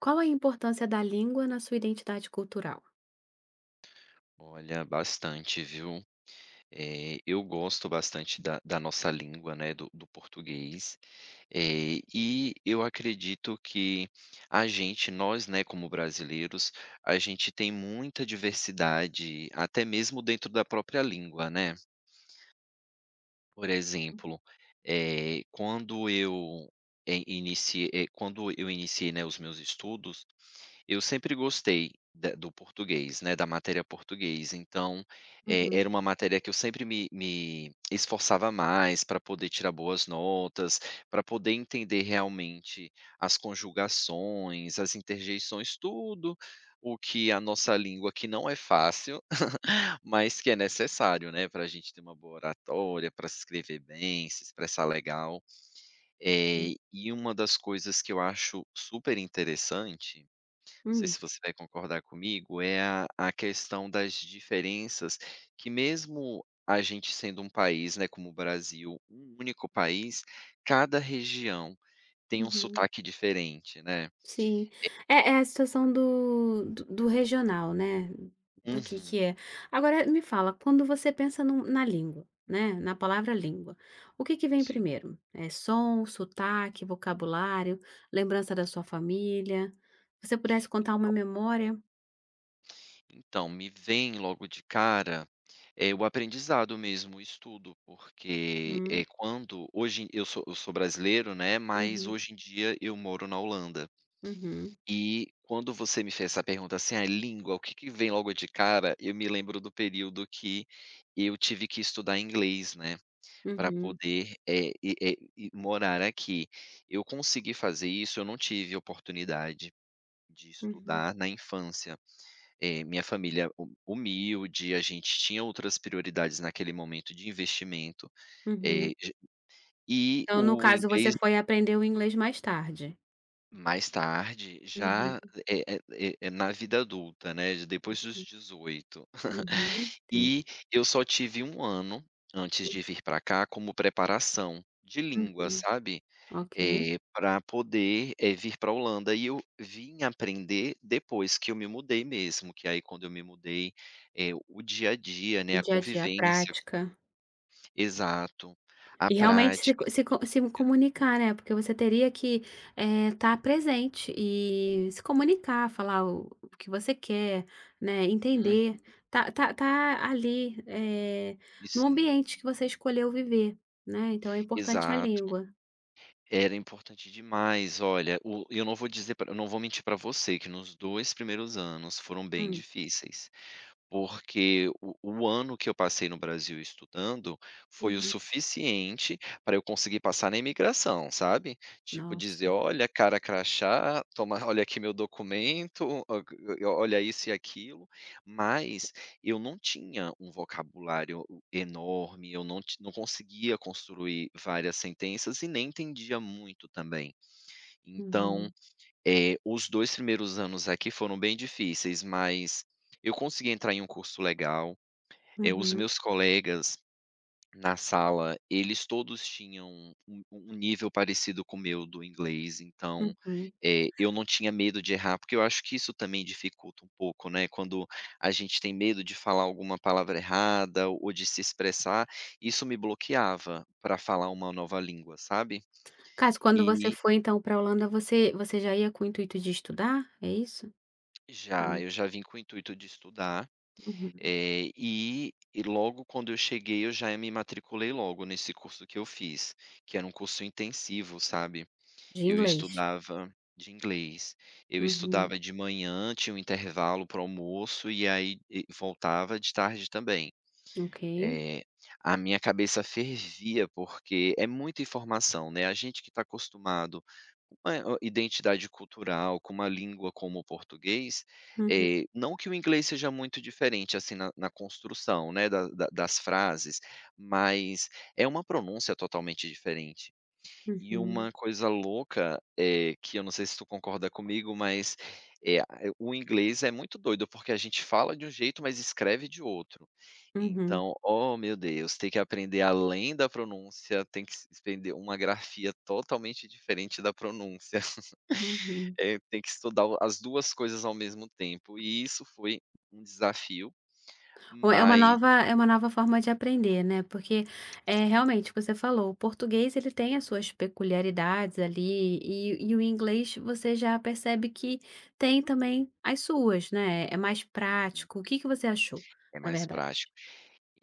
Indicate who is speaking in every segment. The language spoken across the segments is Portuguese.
Speaker 1: Qual a importância da língua na sua identidade cultural?
Speaker 2: Olha, bastante, viu. Eu gosto bastante da nossa língua, né, do português. E eu acredito que a gente nós, né, como brasileiros, a gente tem muita diversidade, até mesmo dentro da própria língua, né. Por exemplo, eh, quando eu, eh, inicie quando eu iniciei, né, os meus estudos, eu sempre gostei da do português, né, da matéria português.
Speaker 1: Uhum,
Speaker 2: Era uma matéria que eu sempre me esforçava mais para poder tirar boas notas, para poder entender realmente as conjugações, as interjeições, tudo o que a nossa língua, que não é fácil mas que é necessário, né, para a gente ter uma boa oratória, para se escrever bem, se expressar legal.
Speaker 1: hum,
Speaker 2: E uma das coisas que eu acho super interessante, não sei
Speaker 1: hum,
Speaker 2: se você vai concordar comigo, é a questão das diferenças que mesmo a gente sendo um país, né, como o Brasil, um único país, cada região tem um
Speaker 1: uhum,
Speaker 2: sotaque diferente, né.
Speaker 1: sim. É a situação do regional, né, do
Speaker 2: Uhum.
Speaker 1: que é. Agora me fala, quando você pensa num na língua, né, na palavra língua, o que que vem
Speaker 2: Sim.
Speaker 1: primeiro? É som, sotaque, vocabulário, lembrança da sua família? Se você pudesse contar uma memória?
Speaker 2: Então, me vem logo de cara, o aprendizado mesmo, o estudo, porque,
Speaker 1: Uhum.
Speaker 2: eu sou brasileiro, né, mas
Speaker 1: Uhum,
Speaker 2: hoje em dia eu moro na Holanda.
Speaker 1: uhum,
Speaker 2: E quando você me fez essa pergunta assim: "A língua, o que que vem logo de cara?", eu me lembro do período que eu tive que estudar inglês, né, para
Speaker 1: uhum,
Speaker 2: poder, e morar aqui. Eu consegui fazer isso, eu não tive oportunidade de
Speaker 1: uhum, uhum,
Speaker 2: estudar na infância. Minha família hu humilde, a gente tinha outras prioridades naquele momento de investimento, eh,
Speaker 1: uhum.
Speaker 2: j e
Speaker 1: Então, no
Speaker 2: o
Speaker 1: caso, você
Speaker 2: inglês
Speaker 1: foi aprender o inglês mais tarde?
Speaker 2: mais tarde já
Speaker 1: Uhum,
Speaker 2: é é é é na vida adulta, né, de- depois dos
Speaker 1: ok.
Speaker 2: 18
Speaker 1: Uhum, entendi.
Speaker 2: E eu só tive um ano antes de vir para cá como preparação de língua,
Speaker 1: Uhum,
Speaker 2: sabe.
Speaker 1: ok.
Speaker 2: Pra poder, vir para a Holanda e eu vim aprender depois que eu me mudei mesmo, que aí quando eu me mudei, o dia a dia, né,
Speaker 1: O
Speaker 2: a
Speaker 1: dia a dia, a
Speaker 2: convivência
Speaker 1: prática.
Speaker 2: exato, a
Speaker 1: E realmente se co
Speaker 2: prática
Speaker 1: se co se comunicar, né, porque você teria que, estar presente e se comunicar, falar o que você quer, né,
Speaker 2: hum,
Speaker 1: entender, tá ali,
Speaker 2: e
Speaker 1: no
Speaker 2: sim,
Speaker 1: ambiente que você escolheu viver, né, então é importante a
Speaker 2: exato,
Speaker 1: língua.
Speaker 2: era importante demais. Olha, o eu não vou dizer pra eu não vou mentir para você que nos 2 primeiros anos foram bem
Speaker 1: Hum,
Speaker 2: difíceis. Porque o ano que eu passei no Brasil estudando foi o
Speaker 1: uhum.
Speaker 2: suficiente para eu conseguir passar na imigração, sabe. Tipo dizer:
Speaker 1: Nossa.
Speaker 2: "Olha, cara crachá, toma olha aqui meu documento, o g olha isso e aquilo", mas eu não tinha um vocabulário enorme, eu não ti não conseguia construir várias sentenças e nem entendia muito também. Então
Speaker 1: Uhum,
Speaker 2: os 2 primeiros anos aqui foram bem difíceis, mas eu consegui entrar em um curso legal. Os
Speaker 1: uhum,
Speaker 2: meus colegas na sala, eles todos tinham um nível parecido com o meu do inglês.
Speaker 1: uhum.
Speaker 2: Eu não tinha medo de errar, porque eu acho que isso também dificulta um pouco, né, quando a gente tem medo de falar alguma palavra errada ou de se expressar, isso me bloqueava para falar uma nova língua, sabe.
Speaker 1: Caso, quando você
Speaker 2: E
Speaker 1: foi então pra Holanda, você já ia com o intuito de estudar, é isso?
Speaker 2: já,
Speaker 1: Hum,
Speaker 2: eu já vim com o intuito de estudar.
Speaker 1: uhum.
Speaker 2: E logo quando eu cheguei, eu já me matriculei logo nesse curso que eu fiz, que era um curso intensivo, sabe.
Speaker 1: De
Speaker 2: Eu
Speaker 1: inglês.
Speaker 2: estudava de inglês, eu
Speaker 1: Uhum.
Speaker 2: estudava de manhã, tinha um intervalo para almoço, e aí voltava de tarde também.
Speaker 1: Ok.
Speaker 2: Eh, a minha cabeça fervia, porque é muita informação, né. A gente que está acostumado com uma identidade cultural, com uma língua como o português,
Speaker 1: Uhum,
Speaker 2: não que o inglês seja muito diferente, assim, na construção, né, da das frases, mas é uma pronúncia totalmente diferente. E
Speaker 1: uhum,
Speaker 2: uma coisa louca, que eu não sei se tu concorda comigo, mas, eh, a o inglês é muito doido, porque a gente fala de um jeito, mas escreve de outro.
Speaker 1: uhum,
Speaker 2: Então, oh meu Deus, tem que aprender além da pronúncia, tem que s aprender uma grafia totalmente diferente da pronúncia.
Speaker 1: uhum.
Speaker 2: Tem que estudar o as 2 coisas ao mesmo tempo, e isso foi um desafio,
Speaker 1: Ou é uma
Speaker 2: mas
Speaker 1: nova é uma nova forma de aprender, né, porque, é realmente o que você falou, o português ele tem as suas peculiaridades ali, e o inglês você já percebe que tem também as suas, né, é mais
Speaker 2: sim,
Speaker 1: prático. O que que você achou,
Speaker 2: é
Speaker 1: na
Speaker 2: mais
Speaker 1: verdade?
Speaker 2: prático.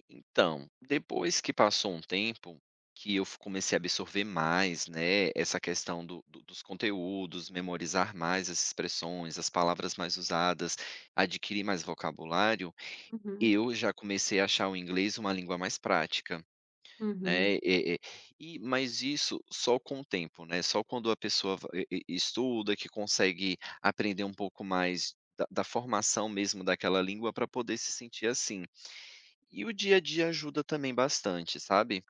Speaker 2: Então, depois que passou um tempo, que eu f comecei a absorver mais, né, essa questão do do dos conteúdos, memorizar mais as expressões, as palavras mais usadas, adquirir mais vocabulário,
Speaker 1: Uhum,
Speaker 2: eu já comecei a achar o inglês uma língua mais prática,
Speaker 1: uhum,
Speaker 2: né, e mas isso só com o tempo, né, só quando a pessoa va e estuda, que consegue aprender um pouco mais da formação mesmo daquela língua para poder se sentir assim. E o dia a dia ajuda também bastante, sabe.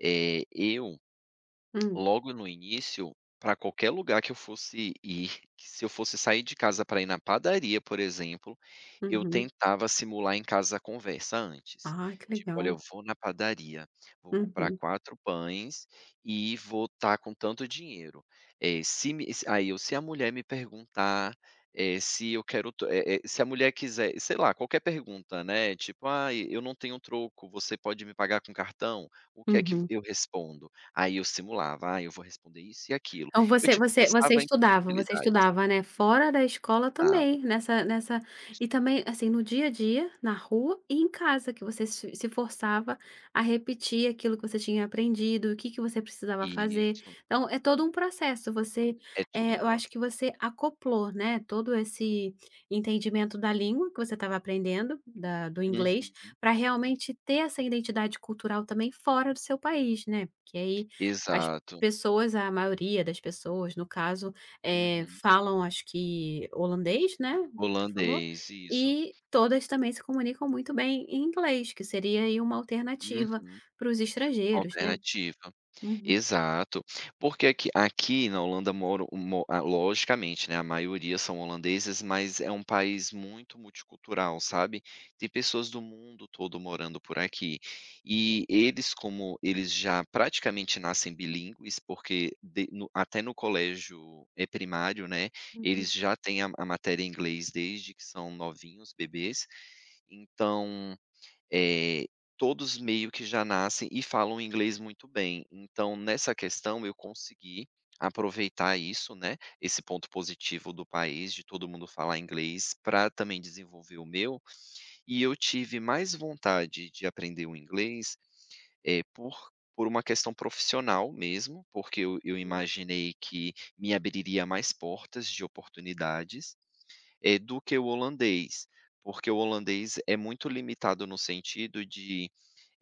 Speaker 2: Eh, eu
Speaker 1: hum,
Speaker 2: Logo no início, para qualquer lugar que eu fosse ir, que se eu fosse sair de casa para ir na padaria, por exemplo, eu
Speaker 1: uhum.
Speaker 2: tentava simular em casa a conversa antes.
Speaker 1: Ah, que
Speaker 2: Tipo: "Olha, eu
Speaker 1: legal.
Speaker 2: vou na padaria, vou comprar
Speaker 1: Uhum,
Speaker 2: 4 pães e vou estar com tanto dinheiro. "Se a mulher me perguntar, eh, se eu quero tro" eh eh, se a mulher quiser sei lá, qualquer pergunta, né, tipo: ah eu não tenho troco, você pode me pagar com cartão?", o que é que
Speaker 1: uhum.
Speaker 2: eu respondo? Aí eu simulava: "Ah, eu vou responder isso e aquilo".
Speaker 1: Então
Speaker 2: Eu,
Speaker 1: você
Speaker 2: tipo,
Speaker 1: você você
Speaker 2: pensava em
Speaker 1: estudava você
Speaker 2: possibilidades.
Speaker 1: estudava, né, fora da escola
Speaker 2: Dava.
Speaker 1: também, nessa e também, assim, no dia a dia, na rua e em casa, que você se forçava a repetir aquilo que você tinha aprendido, o que que você precisava fazer.
Speaker 2: Isso.
Speaker 1: Então é todo um processo,
Speaker 2: É tudo um
Speaker 1: eu acho
Speaker 2: processo.
Speaker 1: que você acoplou, né, todo esse entendimento da língua que você estava aprendendo, da do inglês,
Speaker 2: Uhum.
Speaker 1: para realmente ter essa identidade cultural também fora do seu país, né, porque aí as
Speaker 2: Exato.
Speaker 1: Pessoas a maioria das pessoas, no caso,
Speaker 2: Uhum.
Speaker 1: falam acho que holandês, né, você falou,
Speaker 2: Holandês, isso.
Speaker 1: e todas também se comunicam muito bem em inglês, que seria aí uma alternativa
Speaker 2: Uhum.
Speaker 1: para os estrangeiros, né.
Speaker 2: Alternativa.
Speaker 1: Uhum,
Speaker 2: Exato, porque aqui na Holanda moram mo ah, logicamente, né, a maioria são holandeses, mas é um país muito multicultural, sabe. Tem pessoas do mundo todo morando por aqui. E eles, como eles já praticamente nascem bilíngues, porque de no até no colégio, primário, né, eles
Speaker 1: uhum,
Speaker 2: já têm a matéria em inglês desde que são novinhos, bebês. Então eh, Todos meio que já nascem e falam inglês muito bem. Então, nessa questão, eu consegui aproveitar isso, né, esse ponto positivo do país, de todo mundo falar inglês, para também desenvolver o meu. E eu tive mais vontade de aprender o inglês, eh, por por uma questão profissional mesmo, porque eu imaginei que me abriria mais portas de oportunidades. Do que o holandês, porque o holandês é muito limitado no sentido de,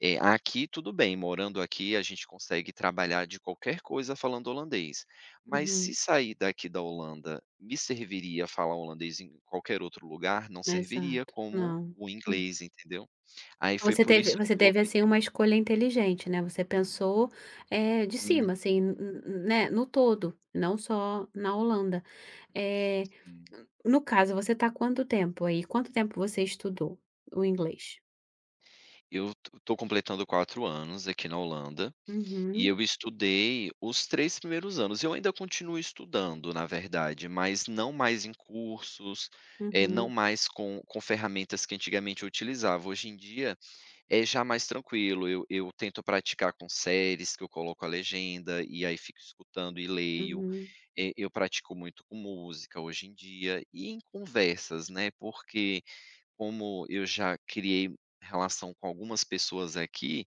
Speaker 2: aqui tudo bem, morando aqui a gente consegue trabalhar de qualquer coisa falando holandês, mas se
Speaker 1: uhum.
Speaker 2: sair daqui da Holanda, me serviria falar holandês em qualquer outro lugar? Não serviria
Speaker 1: Exato.
Speaker 2: como
Speaker 1: Não.
Speaker 2: o inglês, entendeu. Aí foi
Speaker 1: Você
Speaker 2: por isso
Speaker 1: teve você
Speaker 2: que eu
Speaker 1: teve,
Speaker 2: optei
Speaker 1: assim, uma escolha inteligente, né, você pensou, de
Speaker 2: uhum.
Speaker 1: cima, assim, n n né, no todo, não só na Holanda. Eh, no caso, você está quanto tempo aí? Quanto tempo você estudou o inglês?
Speaker 2: Eu to tô completando 4 anos aqui na Holanda. E
Speaker 1: Uhum,
Speaker 2: eu estudei os 3 primeiros anos, eu ainda continuo estudando, na verdade, mas não mais em cursos, não
Speaker 1: uhum,
Speaker 2: mais com ferramentas que antigamente eu utilizava. Hoje em dia é já mais tranquilo, eu tento praticar com séries que eu coloco a legenda, e aí fico escutando e leio.
Speaker 1: uhum.
Speaker 2: Eu pratico muito com música hoje em dia e em conversas, né, porque como eu já criei relação com algumas pessoas aqui,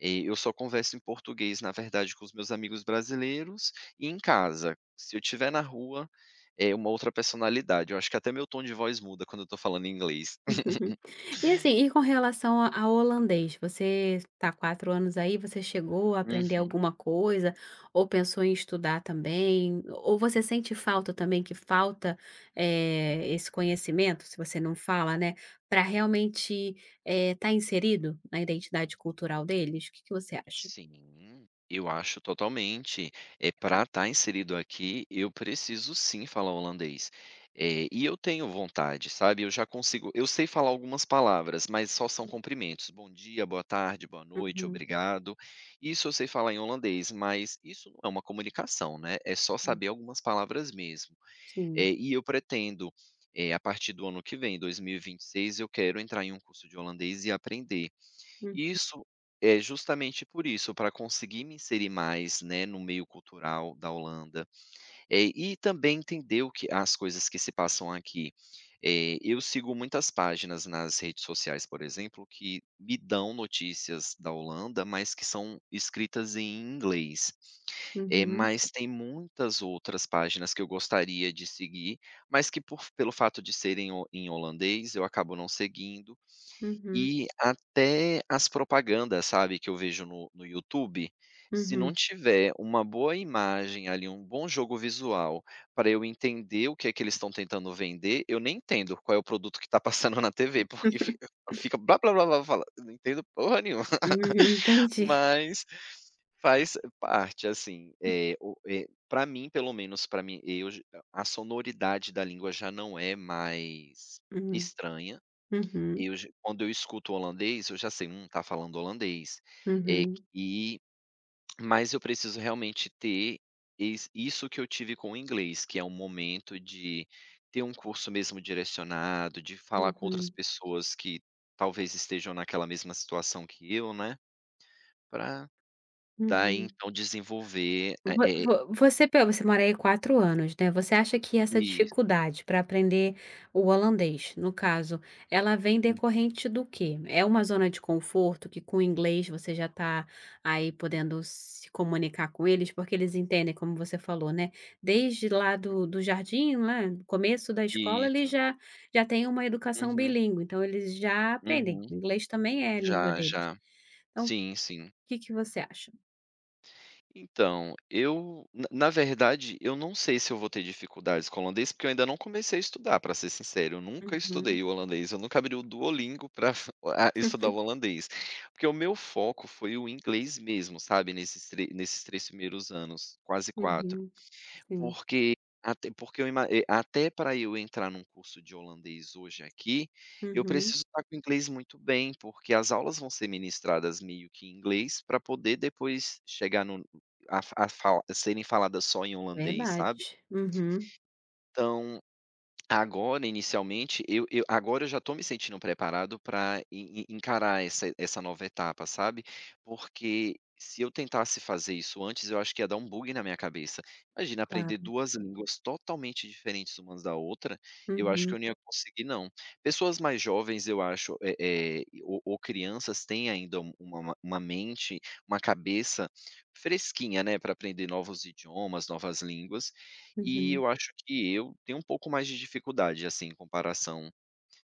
Speaker 2: eu só converso em português, na verdade, com os meus amigos brasileiros e em casa. Se eu estiver na rua, é uma outra personalidade. Eu acho que até meu tom de voz muda quando eu estou falando em inglês.
Speaker 1: Uhum. E assim, e com relação a ao holandês, você está 4 anos aí, você chegou a aprender alguma coisa, ou pensou em estudar também? Ou você sente falta também, que falta, esse conhecimento, se você não fala, né, para realmente, estar inserido na identidade cultural deles? O que que você acha?
Speaker 2: Sim, eu acho totalmente. É, para estar inserido aqui, eu preciso sim falar holandês. E eu tenho vontade, sabe? Eu já consigo. Eu sei falar algumas palavras, mas só são cumprimentos. Bom dia, boa tarde, boa noite,
Speaker 1: Uhum.
Speaker 2: obrigado. Isso eu sei falar em holandês, mas isso não é uma comunicação, né? É só
Speaker 1: É,
Speaker 2: saber algumas palavras mesmo.
Speaker 1: sim.
Speaker 2: Eu pretendo, a partir do ano que vem, 2026, eu quero entrar em um curso de holandês e aprender.
Speaker 1: Hum.
Speaker 2: Isso é justamente por isso, para conseguir me inserir mais, né, no meio cultural da Holanda, e também entender o que as coisas que se passam aqui. Eu sigo muitas páginas nas redes sociais, por exemplo, que me dão notícias da Holanda, mas que são escritas em inglês.
Speaker 1: Uhum,
Speaker 2: Mas tem muitas outras páginas que eu gostaria de seguir, mas que por pelo fato de serem ho em holandês, eu acabo não seguindo.
Speaker 1: uhum,
Speaker 2: E até as propagandas, sabe, que eu vejo no YouTube, se não
Speaker 1: uhum.
Speaker 2: tiver uma boa imagem ali, um bom jogo visual, para eu entender o que é que eles estão tentando vender, eu nem entendo qual é o produto que está passando na TV, porque fica fica blá blá blá blá blá, eu não entendo porra nenhuma,
Speaker 1: Uhum, entendi.
Speaker 2: mas faz parte, assim, pra mim, pelo menos para mim, eu j a sonoridade da língua já não é mais
Speaker 1: Uhum,
Speaker 2: estranha, e
Speaker 1: uhum,
Speaker 2: eu já quando eu escuto holandês, eu já sei: tá falando holandês". Eh,
Speaker 1: uhum,
Speaker 2: e mas eu preciso realmente ter is isso que eu tive com o inglês, que é um momento de ter um curso mesmo direcionado, de falar com outras
Speaker 1: uhum.
Speaker 2: pessoas que talvez estejam naquela mesma situação que eu, né, para daí
Speaker 1: Uhum.
Speaker 2: então desenvolver
Speaker 1: Vo
Speaker 2: eh
Speaker 1: vo você pe você mora aí 4 anos, né, você acha que essa
Speaker 2: isso,
Speaker 1: dificuldade para aprender o holandês, no caso, ela vem
Speaker 2: uhum,
Speaker 1: decorrente do quê? É uma zona de conforto que com o inglês você já está aí podendo se comunicar com eles, porque eles entendem, como você falou, né, desde lá do jardim, lá, do começo da escola,
Speaker 2: isso.
Speaker 1: eles já têm uma educação
Speaker 2: Uhum,
Speaker 1: bilíngue, então eles já aprendem,
Speaker 2: uhum.
Speaker 1: o inglês também é a língua
Speaker 2: Já,
Speaker 1: deles.
Speaker 2: já.
Speaker 1: Então, o
Speaker 2: Sim, sim.
Speaker 1: que que você acha?
Speaker 2: Então, eu na verdade, eu não sei se eu vou ter dificuldades com o holandês, porque eu ainda não comecei a estudar, para ser sincero, eu nunca
Speaker 1: Uhum,
Speaker 2: estudei o holandês, eu nunca abri o Duolingo para estudar o holandês. Porque o meu foco foi o inglês mesmo, sabe, nesses 3 primeiros anos, quase 4.
Speaker 1: uhum. Sim.
Speaker 2: Porque Até porque até para eu entrar num curso de holandês hoje aqui, eu
Speaker 1: Uhum.
Speaker 2: preciso estar com o inglês muito bem, porque as aulas vão ser ministradas meio que em inglês para poder depois chegar no a fala serem faladas só em holandês,
Speaker 1: Verdade.
Speaker 2: sabe.
Speaker 1: Uhum.
Speaker 2: Então Agora, inicialmente, eu já estou me sentindo preparado para encarar essa nova etapa, sabe. Porque se eu tentasse fazer isso antes, eu acho que ia dar um bug na minha cabeça. Imagina aprender
Speaker 1: Claro.
Speaker 2: 2 línguas totalmente diferentes umas da outra, eu acho que
Speaker 1: Uhum.
Speaker 2: eu não ia conseguir não. Pessoas mais jovens, eu acho, ou crianças têm ainda uma mente, uma cabeça fresquinha, né, para aprender novos idiomas, novas línguas, e
Speaker 1: Uhum.
Speaker 2: eu acho que eu tenho um pouco mais de dificuldade, assim, em comparação,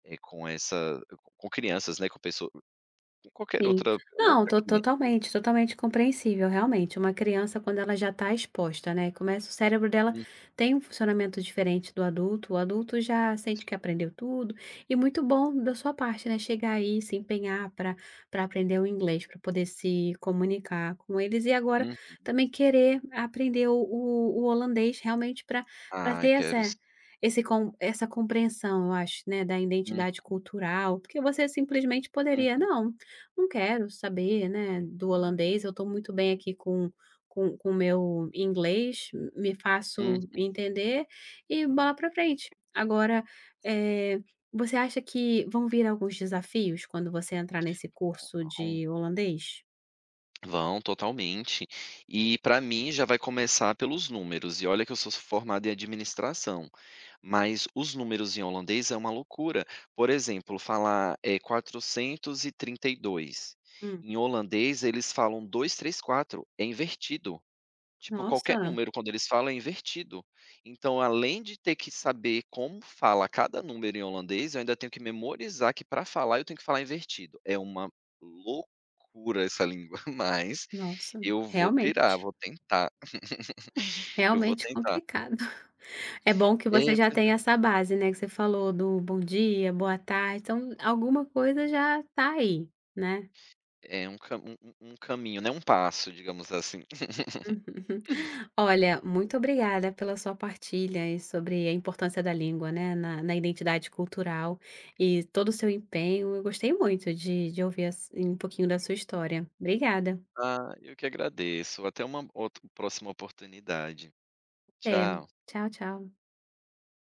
Speaker 2: com crianças, né, com qualquer
Speaker 1: Sim.
Speaker 2: outra
Speaker 1: Não,
Speaker 2: outra
Speaker 1: to
Speaker 2: criança.
Speaker 1: totalmente, totalmente compreensível, realmente. Uma criança, quando ela já está exposta, né, começa o cérebro dela
Speaker 2: Hum,
Speaker 1: tem um funcionamento diferente do adulto. O adulto já sente que aprendeu tudo e muito bom da sua parte, né, chegar aí, se empenhar para aprender o inglês, para poder se comunicar com eles e agora
Speaker 2: hum.
Speaker 1: também querer aprender o holandês realmente para
Speaker 2: Ai,
Speaker 1: ter
Speaker 2: quero sim.
Speaker 1: essa compreensão, eu acho, né, da
Speaker 2: Uhum,
Speaker 1: identidade cultural, porque você simplesmente poderia: "Não, não quero saber, né, do holandês, eu estou muito bem aqui com o meu inglês, me faço
Speaker 2: uhum,
Speaker 1: entender e bola para frente." Agora, eh, você acha que vão vir alguns desafios quando você entrar nesse curso
Speaker 2: uhum.
Speaker 1: de holandês?
Speaker 2: Vão, totalmente. E para mim já vai começar pelos números, e olha que eu sou formado em administração. Mas os números em holandês é uma loucura. Por exemplo, falar, é, 432.
Speaker 1: Hum.
Speaker 2: Em holandês, eles falam 234, é invertido. Tipo, qualquer
Speaker 1: Nossa,
Speaker 2: número, quando eles falam, é invertido. Então, além de ter que saber como fala cada número em holandês, eu ainda tenho que memorizar que para falar, eu tenho que falar invertido. É uma loucura essa língua, mas
Speaker 1: nossa,
Speaker 2: eu vou pirar,
Speaker 1: realmente,
Speaker 2: vou tentar, eu vou
Speaker 1: realmente
Speaker 2: tentar.
Speaker 1: complicado. É bom que você
Speaker 2: É,
Speaker 1: já
Speaker 2: pois é.
Speaker 1: tem essa base, né, que você falou do bom dia, boa tarde, então alguma coisa já tá aí, né?
Speaker 2: É um ca um um um caminho, né, um passo, digamos assim.
Speaker 1: Uhum. Olha, muito obrigada pela sua partilha e sobre a importância da língua, né, na identidade cultural e todo o seu empenho. Eu gostei muito de ouvir um pouquinho da sua história. Obrigada.
Speaker 2: Ah, eu que agradeço. Até uma outra próxima oportunidade.
Speaker 1: Até.
Speaker 2: Tchau.
Speaker 1: Tchau, tchau.